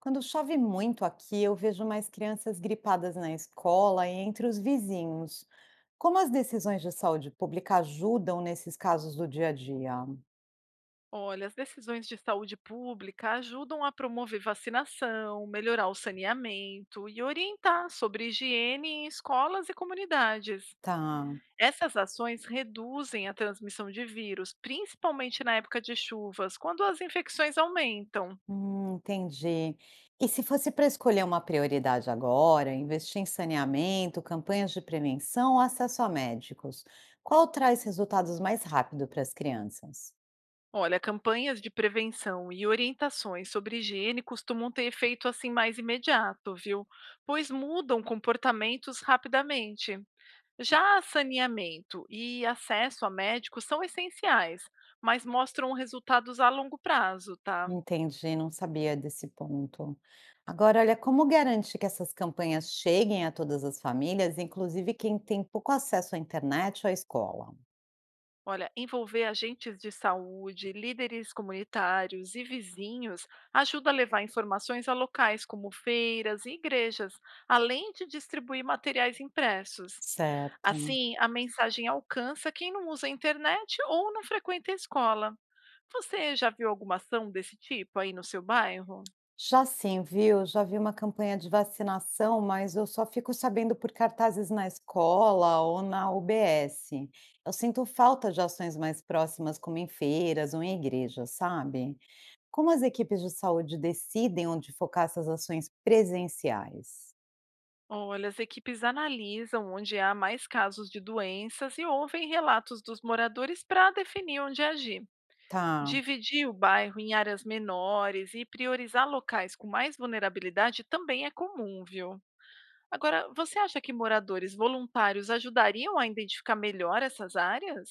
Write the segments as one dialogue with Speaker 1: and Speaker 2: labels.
Speaker 1: Quando chove muito aqui, eu vejo mais crianças gripadas na escola e entre os vizinhos. Como as decisões de saúde pública ajudam nesses casos do dia a dia?
Speaker 2: Olha, as decisões de saúde pública ajudam a promover vacinação, melhorar o saneamento e orientar sobre higiene em escolas e comunidades.
Speaker 1: Tá,
Speaker 2: Essas ações reduzem a transmissão de vírus, principalmente na época de chuvas, quando as infecções aumentam.
Speaker 1: entendi. E se fosse para escolher uma prioridade agora, investir em saneamento, campanhas de prevenção ou acesso a médicos, qual traz resultados mais rápido para as crianças?
Speaker 2: Olha, campanhas de prevenção e orientações sobre higiene costumam ter efeito assim mais imediato, viu? Pois mudam comportamentos rapidamente. Já saneamento e acesso a médicos são essenciais, mas mostram resultados a longo prazo, tá?
Speaker 1: Entendi, não sabia desse ponto. Agora, olha, como garante que essas campanhas cheguem a todas as famílias, inclusive quem tem pouco acesso à internet ou à escola?
Speaker 2: Olha, envolver agentes de saúde, líderes comunitários e vizinhos ajuda a levar informações a locais como feiras e igrejas, além de distribuir materiais impressos.
Speaker 1: Certo.
Speaker 2: Assim, a mensagem alcança quem não usa a internet ou não frequenta a escola. Você já viu alguma ação desse tipo aí no seu bairro?
Speaker 1: Já sim, viu? Já vi uma campanha de vacinação, mas eu só fico sabendo por cartazes na escola ou na UBS. Eu sinto falta de ações mais próximas, como em feiras ou em igrejas, sabe? Como as equipes de saúde decidem onde focar essas ações presenciais?
Speaker 2: Olha, as equipes analisam onde há mais casos de doenças e ouvem relatos dos moradores para definir onde agir.
Speaker 1: Tá.
Speaker 2: Dividir o bairro em áreas menores e priorizar locais com mais vulnerabilidade também é comum, viu? Agora, você acha que moradores voluntários ajudariam a identificar melhor essas áreas?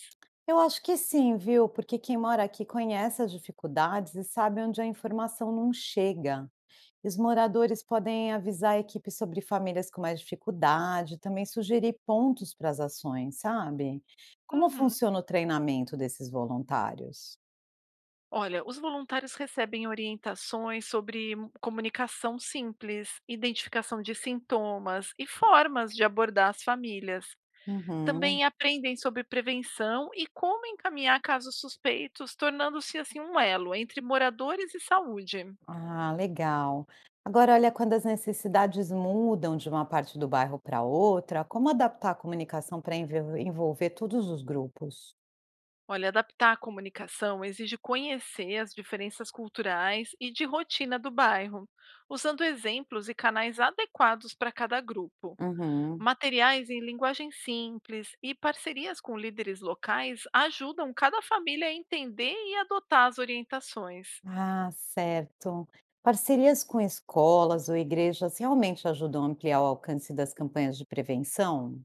Speaker 1: Eu acho que sim, viu, porque quem mora aqui conhece as dificuldades e sabe onde a informação não chega. E os moradores podem avisar a equipe sobre famílias com mais dificuldade, também sugerir pontos para as ações, sabe? Como
Speaker 2: Uhum.
Speaker 1: funciona o treinamento desses voluntários?
Speaker 2: Olha, os voluntários recebem orientações sobre comunicação simples, identificação de sintomas e formas de abordar as famílias.
Speaker 1: Uhum.
Speaker 2: Também aprendem sobre prevenção e como encaminhar casos suspeitos, tornando-se assim um elo entre moradores e saúde.
Speaker 1: Ah, legal. Agora, olha, quando as necessidades mudam de uma parte do bairro para outra, como adaptar a comunicação para envolver todos os grupos?
Speaker 2: Olha, adaptar a comunicação exige conhecer as diferenças culturais e de rotina do bairro, usando exemplos e canais adequados para cada grupo.
Speaker 1: Uhum.
Speaker 2: Materiais em linguagem simples e parcerias com líderes locais ajudam cada família a entender e adotar as orientações.
Speaker 1: Ah, certo. Parcerias com escolas ou igrejas realmente ajudam a ampliar o alcance das campanhas de prevenção?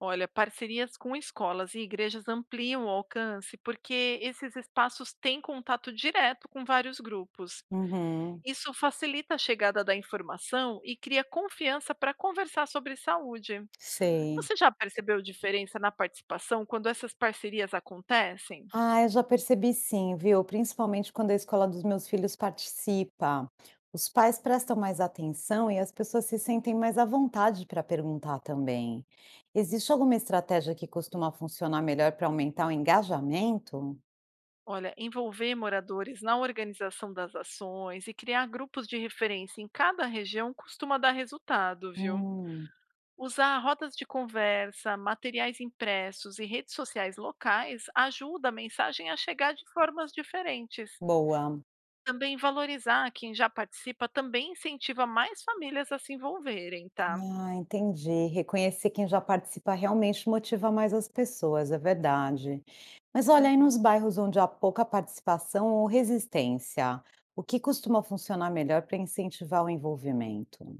Speaker 2: Olha, parcerias com escolas e igrejas ampliam o alcance porque esses espaços têm contato direto com vários grupos.
Speaker 1: Uhum,
Speaker 2: Isso facilita a chegada da informação e cria confiança para conversar sobre saúde.
Speaker 1: sei.
Speaker 2: Você já percebeu diferença na participação quando essas parcerias acontecem?
Speaker 1: Ah, eu já percebi sim, viu? Principalmente quando a escola dos meus filhos participa. Os pais prestam mais atenção e as pessoas se sentem mais à vontade para perguntar também. Existe alguma estratégia que costuma funcionar melhor para aumentar o engajamento?
Speaker 2: Olha, envolver moradores na organização das ações e criar grupos de referência em cada região costuma dar resultado, viu?
Speaker 1: Hum,
Speaker 2: Usar rodas de conversa, materiais impressos e redes sociais locais ajuda a mensagem a chegar de formas diferentes.
Speaker 1: boa.
Speaker 2: Também valorizar quem já participa também incentiva mais famílias a se envolverem, tá?
Speaker 1: Ah, entendi. Reconhecer quem já participa realmente motiva mais as pessoas, é verdade. Mas olha, aí nos
Speaker 2: Uhum.
Speaker 1: bairros onde há pouca participação ou resistência, o que costuma funcionar melhor para incentivar o envolvimento?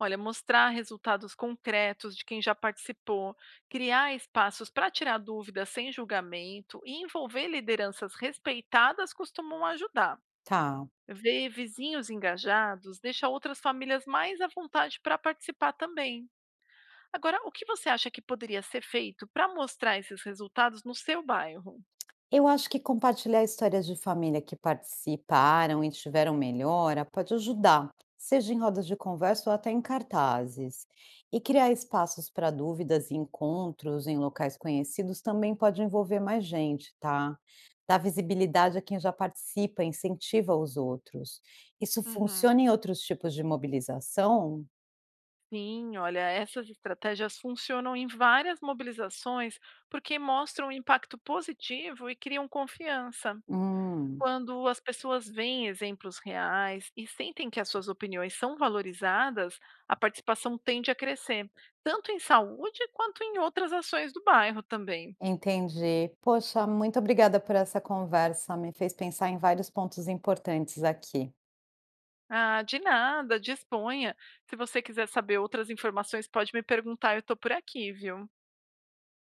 Speaker 2: Olha, mostrar resultados concretos de quem já participou, criar espaços para tirar dúvidas sem julgamento e envolver lideranças respeitadas costumam ajudar.
Speaker 1: Tá.
Speaker 2: Ver vizinhos engajados deixa outras famílias mais à vontade para participar também. Agora, o que você acha que poderia ser feito para mostrar esses resultados no seu bairro?
Speaker 1: Eu acho que compartilhar histórias de família que participaram e tiveram melhora pode ajudar, seja em rodas de conversa ou até em cartazes. E criar espaços para dúvidas e encontros em locais conhecidos também pode envolver mais gente, tá? Dá visibilidade a quem já participa, incentiva os outros. Isso
Speaker 2: Uhum.
Speaker 1: funciona em outros tipos de mobilização?
Speaker 2: Sim, olha, essas estratégias funcionam em várias mobilizações porque mostram um impacto positivo e criam confiança.
Speaker 1: Hum,
Speaker 2: Quando as pessoas veem exemplos reais e sentem que as suas opiniões são valorizadas, a participação tende a crescer, tanto em saúde quanto em outras ações do bairro também.
Speaker 1: entendi. Poxa, muito obrigada por essa conversa. Me fez pensar em vários pontos importantes aqui.
Speaker 2: Ah, de nada, disponha. Se você quiser saber outras informações, pode me perguntar, eu estou por aqui, viu?